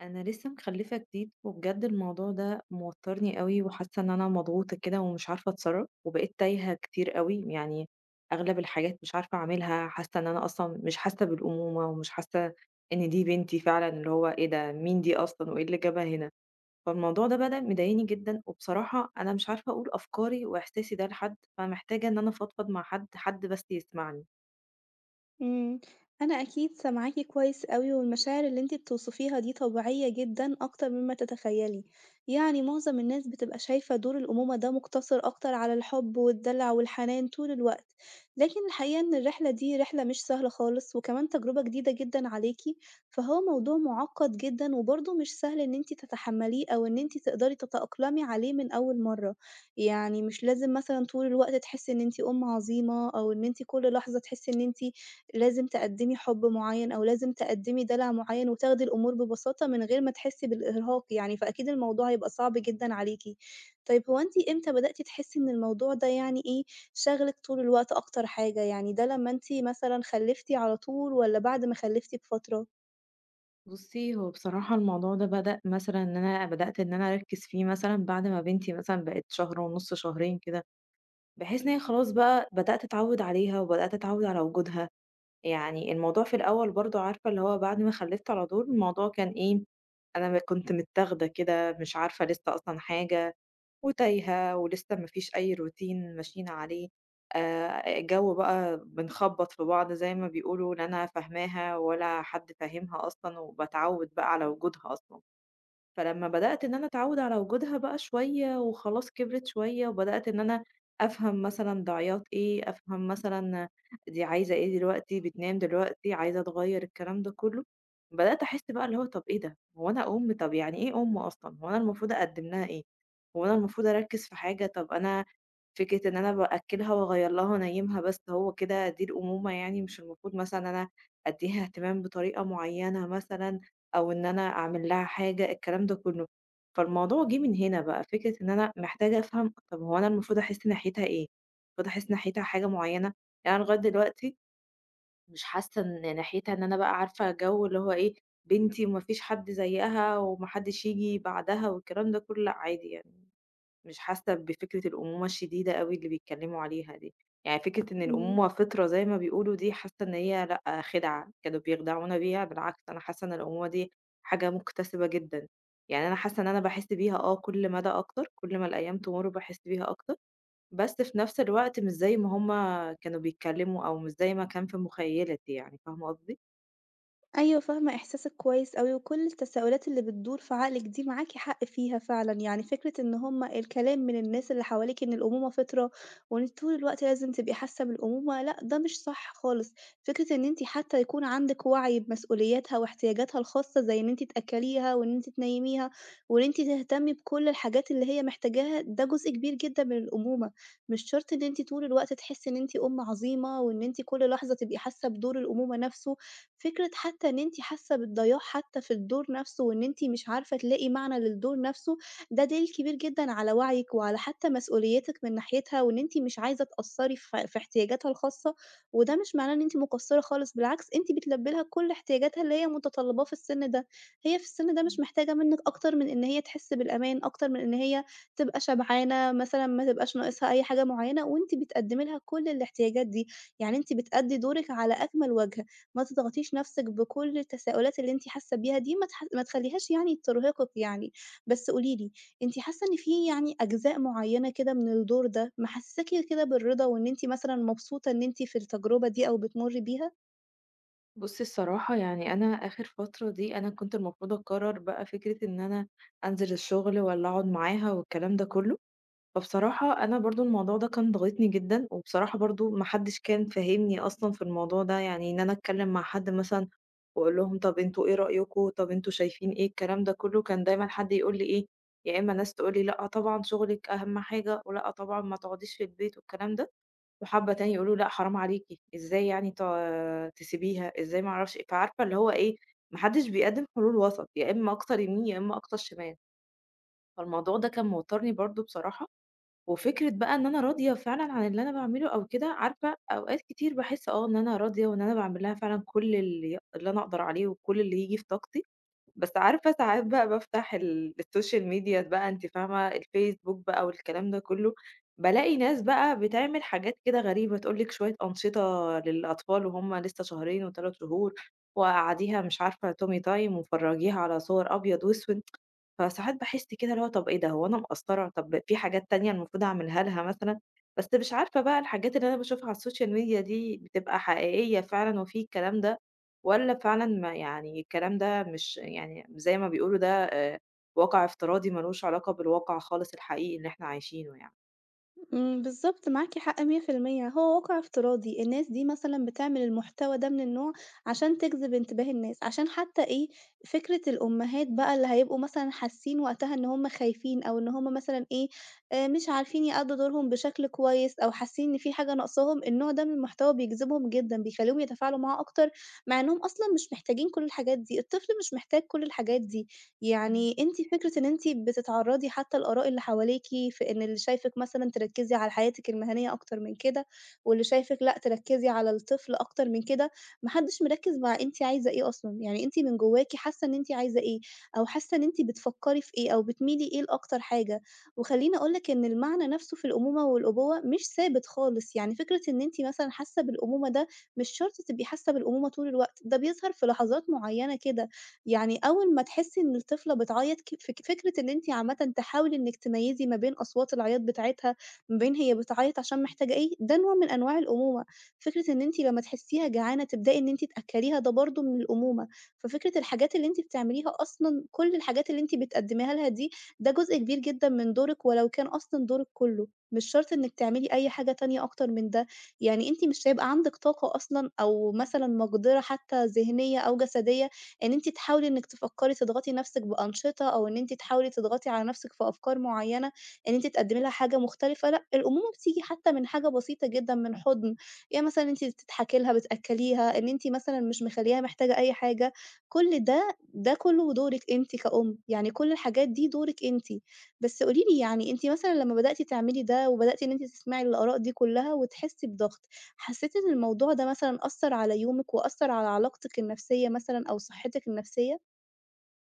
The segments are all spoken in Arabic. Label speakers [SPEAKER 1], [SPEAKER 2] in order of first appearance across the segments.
[SPEAKER 1] أنا لسه مخلفة جديد، وبجد الموضوع ده موترني قوي، وحاسة إن أنا مضغوطة كده، ومش عارفة أتصرف، وبقيت تايهة كتير قوي يعني. أغلب الحاجات مش عارفة أعملها، حاسة إن أنا أصلا مش حاسة بالأمومة، ومش حاسة إن دي بنتي فعلا، اللي هو إيه ده؟ مين دي أصلا؟ وإيه اللي جابها هنا؟ فالموضوع ده بدأ مضايقني جدا، وبصراحة أنا مش عارفة أقول أفكاري وإحساسي ده لحد، فمحتاجة إن أنا أفضفض مع حد، حد بس يسمعني.
[SPEAKER 2] إمم، أنا أكيد سامعاكِ كويس أوي، والمشاعر اللي أنتِ بتوصفيها دي طبيعية جدًا أكتر مما تتخيلي، يعني معظم الناس بتبقى شايفة دور الأمومة ده مقتصر أكتر على الحب والدلع والحنان طول الوقت، لكن الحقيقة إن الرحلة دي رحلة مش سهلة خالص، وكمان تجربة جديدة جدًا عليكِ، فهو موضوع معقد جدًا وبرضه مش سهل إن أنتِ تتحمليه أو إن أنتِ تقدري تتأقلمي عليه من أول مرة، يعني مش لازم مثلًا طول الوقت تحسي إن أنتِ أم عظيمة أو إن أنتِ كل لحظة تحسي إن أنتِ لازم تقدّمي حُب معيّن أو لازم تقدّمي دلع معيّن وتاخدي الأمور ببساطة من غير ما تحسّي بالإرهاق يعني، فأكيد الموضوع هيبقى صعب جدًا عليكِ. طيب هو أنتِ إمتى بدأتِ تحسّي إن الموضوع ده يعني إيه، شاغلِك طول الوقت أكتر حاجة، يعني ده لمّا أنتِ مثلًا خلّفتِ على طول والّا بعد ما خلّفتِ بفترة؟
[SPEAKER 1] بُصّي، هو بصراحة الموضوع ده بدأ مثلًا إن أنا بدأت إن أنا أركّز فيه مثلًا بعد ما بنتي مثلًا بقت شهر ونُص، شهرين كده، بحيث إن هي خلاص بقى بدأت أتعوّد عليها وبدأت أتعوّد على وجودها. يعني الموضوع في الأول برضه، عارفة اللي هو، بعد ما خلّفت على طول الموضوع كان إيه، أنا كنت متاخدة كده، مش عارفة لسه أصلًا حاجة. وتايهة ولسه ما فيش أي روتين ماشيين عليه، الجو بقى بنخبّط في بعض زي ما بيقولوا، لا أنا فاهماها ولا حد فاهمها أصلًا، وباتعوّد بقى على وجودها أصلًا. فلمّا بدأت إن أنا أتعوّد على وجودها بقى شوية، وخلاص كبرِت شوية، وبدأت إن أنا أفهم مثلًا ده عياط إيه، أفهم مثلًا دي عايزة إيه دلوقتي، بتنام دلوقتي، عايزة تغيّر، الكلام ده كُلّه. بدأت أحس بقى اللي هو طَب إيه ده، هو أنا أُم؟ طَب يعني إيه أُم أصلًا؟ هو أنا المفروض أقدّم لها إيه؟ هو أنا المفروض أركّز في حاجة؟ طَب أنا فكرة إن أنا بأكّلها وأغيّر لها وأنيّمها بس، هو كده دي الأمومة يعني؟ مش المفروض مثلًا أنا أدّيها اهتمام بطريقة معيّنة مثلًا، أو إن أنا أعمل لها حاجة، الكلام ده كله. فالموضوع جِه من هنا بقى، فكرة إن أنا محتاجة أفهم، طب هو أنا المفروض أحس ناحيتها إيه؟ المفروض أحس ناحيتها حاجة معيّنة؟ يعني أنا لغاية دلوقتي مش حاسة إن ناحيتها إن أنا بقى عارفة جو اللي هو إيه، بنتي وما فيش حد زيّها وما حدش ييجي بعدها والكلام ده كله، لأ، عادي يعني. مش حاسة بفكرة الأمومة الشديدة أوي اللي بيتكلموا عليها دي، يعني فكرة إن الأمومة فطرة زي ما بيقولوا دي، حاسة إن هي لأ، خدعة، كانوا بيخدعونا بيها. بالعكس، أنا حاسة إن الأمومة دي حاجة مكتسبة جدًا، يعني أنا حاسة إن أنا باحس بيها كل مدى أكتر، كل ما الأيام تمُر باحس بيها أكتر، بس في نفس الوقت مش زي ما هُم كانوا بيتكلموا، أو مش زي ما كان في مخيلتي يعني، فاهمة قصدي؟
[SPEAKER 2] أيوه فاهمة إحساسِك كويس أوي، وكل التساؤلات اللي بتدور في عقلِك دي معاكِ حق فيها فعلًا، يعني فكرة إن هم الكلام من الناس اللي حواليكِ إن الأمومة فطرة، وإن انت طول الوقت لازم تبقي حاسة بالأمومة، لأ ده مش صح خالص، فكرة إن أنتِ حتى يكون عندِك وعي بمسؤولياتها واحتياجاتها الخاصة زي إن أنتِ تأكليها وإن أنتِ تنيميها، وإن أنتِ تهتمي بكل الحاجات اللي هي محتاجاها، ده جزء كبير جدًا من الأمومة، مش شرط إن أنتِ طول الوقت تحسي إن أنتِ أم عظيمة، وإن أنتِ كل لحظة تبقي حاسة بدور الأمومة نفسه. فكرة حتى إن أنتِ حاسة بالضياع حتى في الدور نفسه وإن أنتِ مش عارفة تلاقي معنى للدور نفسه، ده دليل كبير جدًا على وعيِك وعلى حتى مسؤوليتِك من ناحيتها وإن أنتِ مش عايزة تقصّري في احتياجاتها الخاصة، وده مش معناه إن أنتِ مقصّرة خالص، بالعكس أنتِ بتلبّي لها كل احتياجاتها اللي هي متطلباه في السن ده. هي في السن ده مش محتاجة منِّك أكتر من إن هي تحس بالأمان، أكتر من إن هي تبقى شبعانة مثلًا، ما تبقاش ناقصها أي حاجة معينة وأنتِ بتقدّمي لها كل الاحتياجات دي، يعني أنتِ بتأدّي دورِك على أكمل وجه. ما تضغطيش نَفْسِك بكل التساؤلات اللي أنتِ حاسة بيها دي، ما تخلّيهاش يعني ترهقِك يعني. بس قولي لي، أنتِ حاسة إن في يعني أجزاء معيّنة كده من الدور ده محسّساكِ كده بالرضا وإن أنتِ مثلًا مبسوطة إن أنتِ في التجربة دي أو بتمُرّي بيها؟
[SPEAKER 1] بُصّي الصراحة، يعني أنا آخر فترة دي أنا كنت المفروض أقرّر بقى فكرة إن أنا أنزل الشغل والّا أقعد معاها والكلام ده كلّه. فبصراحة أنا برضه الموضوع ده كان ضاغطني جدًا، وبصراحة برضه ما حدش كان فاهمني أصلًا في الموضوع ده، يعني إن أنا أتكلّم مع حد مثلًا وأقول لهم طَب أنتم إيه رأيكم، طَب أنتم شايفين إيه، الكلام ده كلّه كان دايمًا حد يقول لي إيه، يا إما ناس تقول لي لأ طبعًا شغلِك أهم حاجة، ولأ طبعًا ما تقعديش في البيت والكلام ده. وحبة تاني يقولوا لأ حرام عليكِ، إزاي يعني تسيبيها، إزاي، ما أعرفش إيه، فعارفة اللي هو إيه، ما حدش بيقدّم حلول وسط، يا إما أقصى يمين يا إما أقصى شمال. فالموضوع ده كان موتّرني برضه بصراحة. وفكرة بقى إن أنا راضية فعلًا عن اللي أنا باعمله أو كده، عارفة أوقات كتير باحس إن أنا راضية، وإن أنا باعمل لها فعلًا كل اللي اللي أنا أقدر عليه وكل اللي ييجي في طاقتي. بس عارفة ساعات بقى بافتح السوشيال ميديا بقى، أنتِ فاهمة، الفيسبوك بقى والكلام ده كله، بالاقي ناس بقى بتعمل حاجات كده غريبة، تقول لِك شوية أنشطة للأطفال وهُم لسه شهرين و3 شهور، وقعّديها مش عارفة tummy time وفرّجيها على صور أبيض وأسود. فساعات باحس كده اللي هو طَب إيه ده، هو أنا مقصّرة؟ طَب في حاجات تانية المفروض أعملها لها مثلًا، بس مش عارفة بقى الحاجات اللي أنا باشوفها على الSocial Media دي بتبقى حقيقية فعلًا وفي الكلام ده، والّا فعلًا ما يعني الكلام ده مش يعني زي ما بيقولوا ده، واقع افتراضي ما لوش علاقة بالواقع خالص الحقيقي اللي إحنا عايشينه يعني؟
[SPEAKER 2] بالضبط معاكِ حق 100% هو واقع افتراضي، الناس دي مثلًا بتعمل المحتوى ده من النوع عشان تجذب انتباه الناس، عشان حتى إيه، فكرة الأمهات بقى اللي هيبقوا مثلًا حاسين وقتها إن هُم خايفين أو إن هُم مثلًا إيه، مش عارفين يأدّوا دورهم بشكل كويس أو حاسين إن في حاجة ناقصاهم، النوع ده من المحتوى بيجذبهم جدًا، بيخلّيهم يتفاعلوا معاه أكتر، مع إنهم أصلًا مش محتاجين كل الحاجات دي، الطفل مش محتاج كل الحاجات دي. يعني أنتِ فكرة إن أنتِ بتتعرّضي حتى لآراء اللي حواليكِ، في إن اللي شايفِك مثلًا تركّزي على حياتِك المهنية أكتر من كده، واللي شايفِك لأ، تركّزي على الطفل أكتر من كده، ما حدش مركّز مع أنتِ عايزة إيه أصلًا، يعني أنتِ من جواكِ حاسة إن أنتِ عايزة إيه، أو حاسة إن أنتِ بتفكّري في إيه، أو بتميلي إيه لأكتر حاجة. وخلّيني أقول لِك إن المعنى نفسه في الأمومة والأبوة مش ثابت خالص، يعني فكرة إن أنتِ مثلًا حاسة بالأمومة ده، مش شرط تبقي حاسة بالأمومة طول الوقت، ده بيظهر في لحظات معيّنة كده. يعني أول ما تحسّي إن الطفلة بتعيّط ك فك فكرة إن أنتِ عامةً تحاولي إنِّك تميّزي ما بين أصوات العياط بتاعتها، ما بين هي بتعيّط عشان محتاجة إيه، ده نوع من أنواع الأمومة. فكرة إن أنتِ لمّا تحسّيها جعانة تبدئي إن أنتِ تأكّليها ده برضه من الأمومة. ففكرة الحاجات اللي أنتِ بتعمليها أصلًا كل الحاجات اللي أنتِ بتقدّميها لها دي، ده جزء كبير جدًا من دورِك ولو كان أصلًا دورِك كُلّه، مش شرط إنِّك تعملي أي حاجة تانية أكتر من ده. يعني أنتِ مش هيبقى عندِك طاقة أصلًا أو مثلًا مقدرة حتّى ذهنية أو جسدية إن أنتِ تحاولي إنِّك تفكّري تضغطي نَفْسِك بأنشطة أو إن أنتِ تحاولي تضغطي على نَفْسِك في أفكار معيّنة، إن أنتِ تقدّمي لها حاجة مختلفة، لأ، الأمومة بتيجي حتى من حاجة بسيطة جدًا، من حُضن، يعني مثلًا أنتِ بتضحكي لها، بتأكّليها، إن أنتِ مثلًا مش مخلّياها محتاجة أي حاجة، كل ده، ده كُلّه دورِك أنتِ كأُم، يعني كل الحاجات دي دورِك أنتِ. بس قولي لي يعني أنتِ مثلًا لمّا بدأتِ تعملي ده وبدأتِ إن أنتِ تسمعي الآراء دي كُلّها وتحسّي بضغط حسيتِ إن الموضوع ده مثلًا أثّر على يومِك وأثّر على علاقتِك النفسية مثلًا أو صحتِك النفسية؟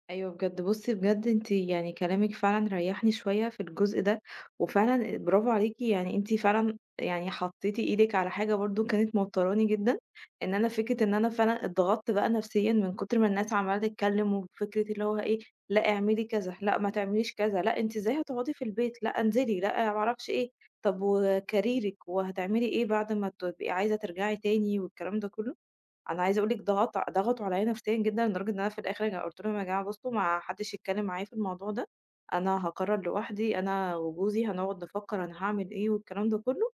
[SPEAKER 1] أيوه بجد، بُصّي بجد أنتِ يعني كلامِك فعلًا ريّحني شوية في الجزء ده، وفعلًا برافو عليكِ، يعني أنتِ فعلًا يعني حطيتِ إيدِك على حاجة برضه كانت موتراني جدًا، إن أنا فكرة إن أنا فعلًا اتضغطت بقى نفسيًا من كتر ما الناس عمّالة تتكلم، وفكرة اللي هو إيه، لأ اعملي كذا، لأ ما تعمليش كذا، لأ أنتِ إزاي هتقعدي في البيت، لأ انزلي، لأ ما أعرفش إيه، طب وكاريرِك وهتعملي إيه بعد ما تبقي عايزة ترجعي تاني والكلام ده كله. أنا عايزة أقول لِك ضغطوا عليّا نفسيًا جدًا لدرجة إن أنا في الآخر أنا قُلت لهم: "يا جماعة بُصّوا، ما حدّش يتكلّم معايا في الموضوع ده، أنا هاقرّر لوحدي، أنا وجوزي هنقعد نفكّر أنا هاعمل إيه والكلام ده كلّه،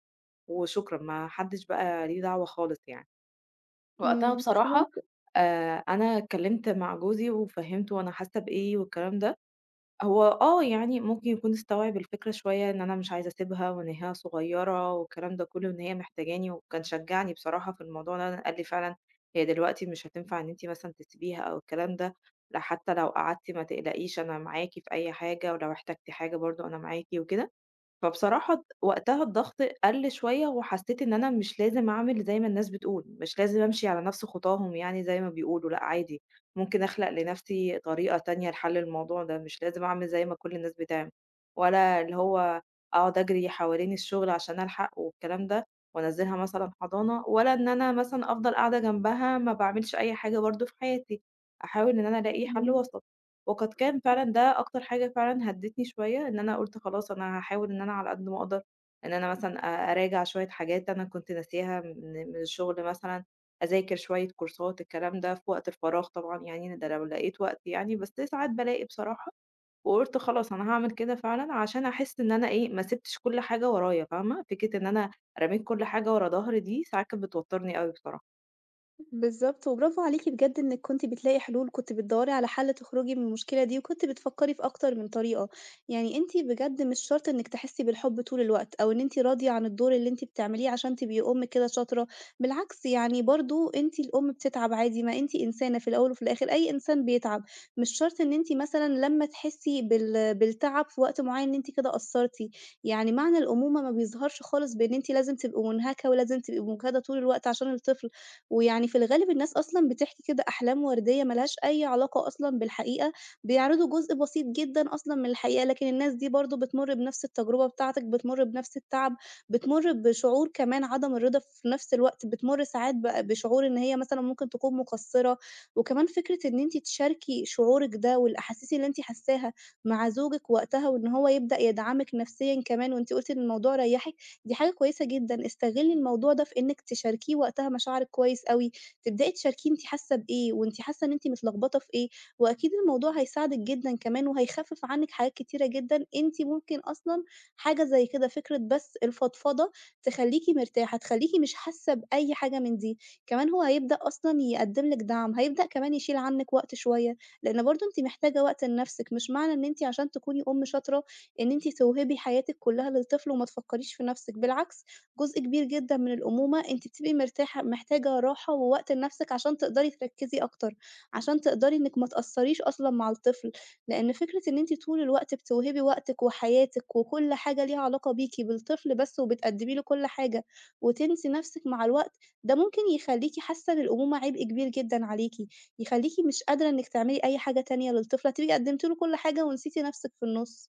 [SPEAKER 1] وشكرًا، ما حدّش بقى ليه دعوة خالص يعني." وقتها بصراحة
[SPEAKER 2] فهمت،
[SPEAKER 1] أنا اتكلّمت مع جوزي وفهّمته أنا حاسّة بإيه والكلام ده. هو آه، يعني ممكن يكون استوعب الفكرة شوية إن أنا مش عايزة أسيبها، وإن هي صغيرة والكلام ده كله، إن هي محتاجاني، وكان شجعني بصراحة في الموضوع ده، قال لي فعلًا هي دلوقتي مش هتنفع إن أنتِ مثلًا تسيبيها أو الكلام ده، لأ، حتى لو قعدتِ ما تقلقيش، أنا معاكِ في أي حاجة، ولو احتجتِ حاجة برضه أنا معاكِ وكده. فبصراحة وقتها الضغط قَل شوية، وحسّيت إن أنا مش لازم أعمل زي ما الناس بتقول، مش لازم أمشي على نَفْس خطاهم يعني، زي ما بيقولوا لأ عادي، ممكن أخلق لنَفْسي طريقة تانية لحَل الموضوع ده، مش لازم أعمل زي ما كل الناس بتعمل، ولا اللي هو أقعد أجري حوالين الشغل عشان ألحق والكلام ده، وأنزّلها مثلًا حضانة، ولا إن أنا مثلًا أفضل قاعدة جنبها ما باعملش أي حاجة برضه في حياتي، أحاول إن أنا ألاقي
[SPEAKER 2] إمم.
[SPEAKER 1] حَل
[SPEAKER 2] إمم.
[SPEAKER 1] وسط. وقد كان فعلًا ده أكتر حاجة فعلًا هدِّتني شوية، إن أنا قُلت خلاص أنا هاحاول إن أنا على قد ما أقدر إن أنا مثلًا أراجع شوية حاجات أنا كنت ناسياها من الشغل مثلًا، أذاكر شوية كورسات الكلام ده في وقت الفراغ، طبعًا يعني ده لو لقيت وقت يعني، بس ساعات بالاقي بصراحة، وقُلت خلاص أنا هاعمل كده فعلًا عشان أحس إن أنا إيه، ما سِبتش كل حاجة ورايا، فاهمة، فكرة إن أنا رميت كل حاجة ورا ضهري دي ساعات كانت بتوتّرني أوي بصراحة.
[SPEAKER 2] بالضبط، وبرافو عليكِ بجد إنِّك كنتِ بتلاقي حلول، كنتِ بتدوّري على حل تخرجي من المشكلة دي، وكنتِ بتفكّري في أكتر من طريقة، يعني أنتِ بجد مش شرط إنِّك تحسّي بالحُب طول الوقت، أو إن أنتِ راضية عن الدور اللي أنتِ بتعمليه عشان تبقي أُم كده شاطرة، بالعكس يعني برضه أنتِ الأم بتتعب عادي، ما أنتِ إنسانة في الأول وفي الآخر أي إنسان بيتعب، مش شرط إن أنتِ مثلًا لمّا تحسّي بالتعب في وقت معيّن إن أنتِ كده قصّرتِ، يعني معنى الأمومة ما بيظهرش خالص بإن أنتِ لازم تبقي مُنهكة ولازم تبقي مُجهدة طول الوقت عشان الطفل، ويعني في الغالب الناس أصلًا بتحكي كده أحلام وردية ما لهاش أي علاقة أصلًا بالحقيقة، بيعرضوا جزء بسيط جدًا أصلًا من الحقيقة، لكن الناس دي برضه بتمُر بنفس التجربة بتاعتك، بتمُر بنفس التعب، بتمُر بشعور كمان عدم الرضا في نفس الوقت، بتمُر ساعات بشعور إن هي مثلًا ممكن تكون مقصّرة، وكمان فكرة إن أنتِ تشاركي شعورِك ده والأحاسيس اللي أنتِ حاساها مع زوجِك وقتها وإن هو يبدأ يدعمِك نفسيًا كمان، وأنتِ قُلتِ إن الموضوع ريّحِك دي حاجة كويسة جدًا، استغلّي الموضوع ده في إنِّك تشاركيه وقتها مشاعرِك كويس أوي، تبدئي تشاركيه أنتِ حاسة بإيه وأنتِ حاسة إن أنتِ متلخبطة في إيه، وأكيد الموضوع هيساعدِك جدًا كمان وهيخفِّف عنِّك حاجات كتيرة جدًا أنتِ ممكن أصلًا حاجة زي كده فكرة بس الفضفضة تخلّيكِ مرتاحة، تخلّيكِ مش حاسة بأي حاجة من دي، كمان هو هيبدأ أصلًا يقدّم لِك دعم، هيبدأ كمان يشيل عنِّك وقت شوية، لإن برضه أنتِ محتاجة وقت لنَفْسِك، مش معنى إن أنتِ عشان تكوني أُم شاطرة إن أنتِ توهبي حياتِك كلّها للطفل وما تفكّريش في نَفْسِك، بالعكس جزء كبير جدًا من الأمومة أنتِ بتبقي مرتاحة محتاجة راحة ووقت لنَفْسِك عشان تقدري تركّزي أكتر، عشان تقدري إنِّك ما تأثّريش أصلًا مع الطفل، لإن فكرة إن أنتِ طول الوقت بتوهبي وقتِك وحياتِك وكل حاجة ليها علاقة بيكِ بالطفل بس وبتقدّمي له كل حاجة وتنسي نَفْسِك مع الوقت، ده ممكن يخلّيكِ حاسة إن الأمومة عبء كبير جدًا عليكِ، يخلّيكِ مش قادرة إنِّك تعملي أي حاجة تانية للطفل، هتبقي قدّمتِ له كل حاجة ونسيتِ نَفْسِك في النُّص.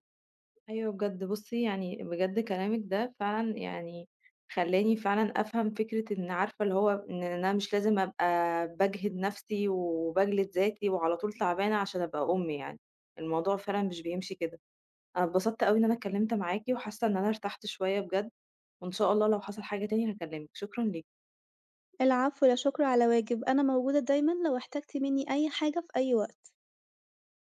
[SPEAKER 1] أيوه بجد، بُصّي يعني بجد كلامِك ده فعلًا يعني خلّاني فعلًا أفهم فكرة إن عارفة اللي هو إن أنا مش لازم أبقى باجهد نفسي وباجلد ذاتي وعلى طول تعبانة عشان أبقى أم يعني، الموضوع فعلًا مش بيمشي كده. أنا اتبسطت أوي إن أنا اتكلمت معاكِ وحاسة إن أنا ارتحت شوية بجد، وإن شاء الله لو حصل حاجة تاني هاكلمِك، شكرًا ليكِ.
[SPEAKER 2] العفو، لا شكر على واجب، أنا موجودة دايمًا لو احتجت مني أي حاجة في أي وقت.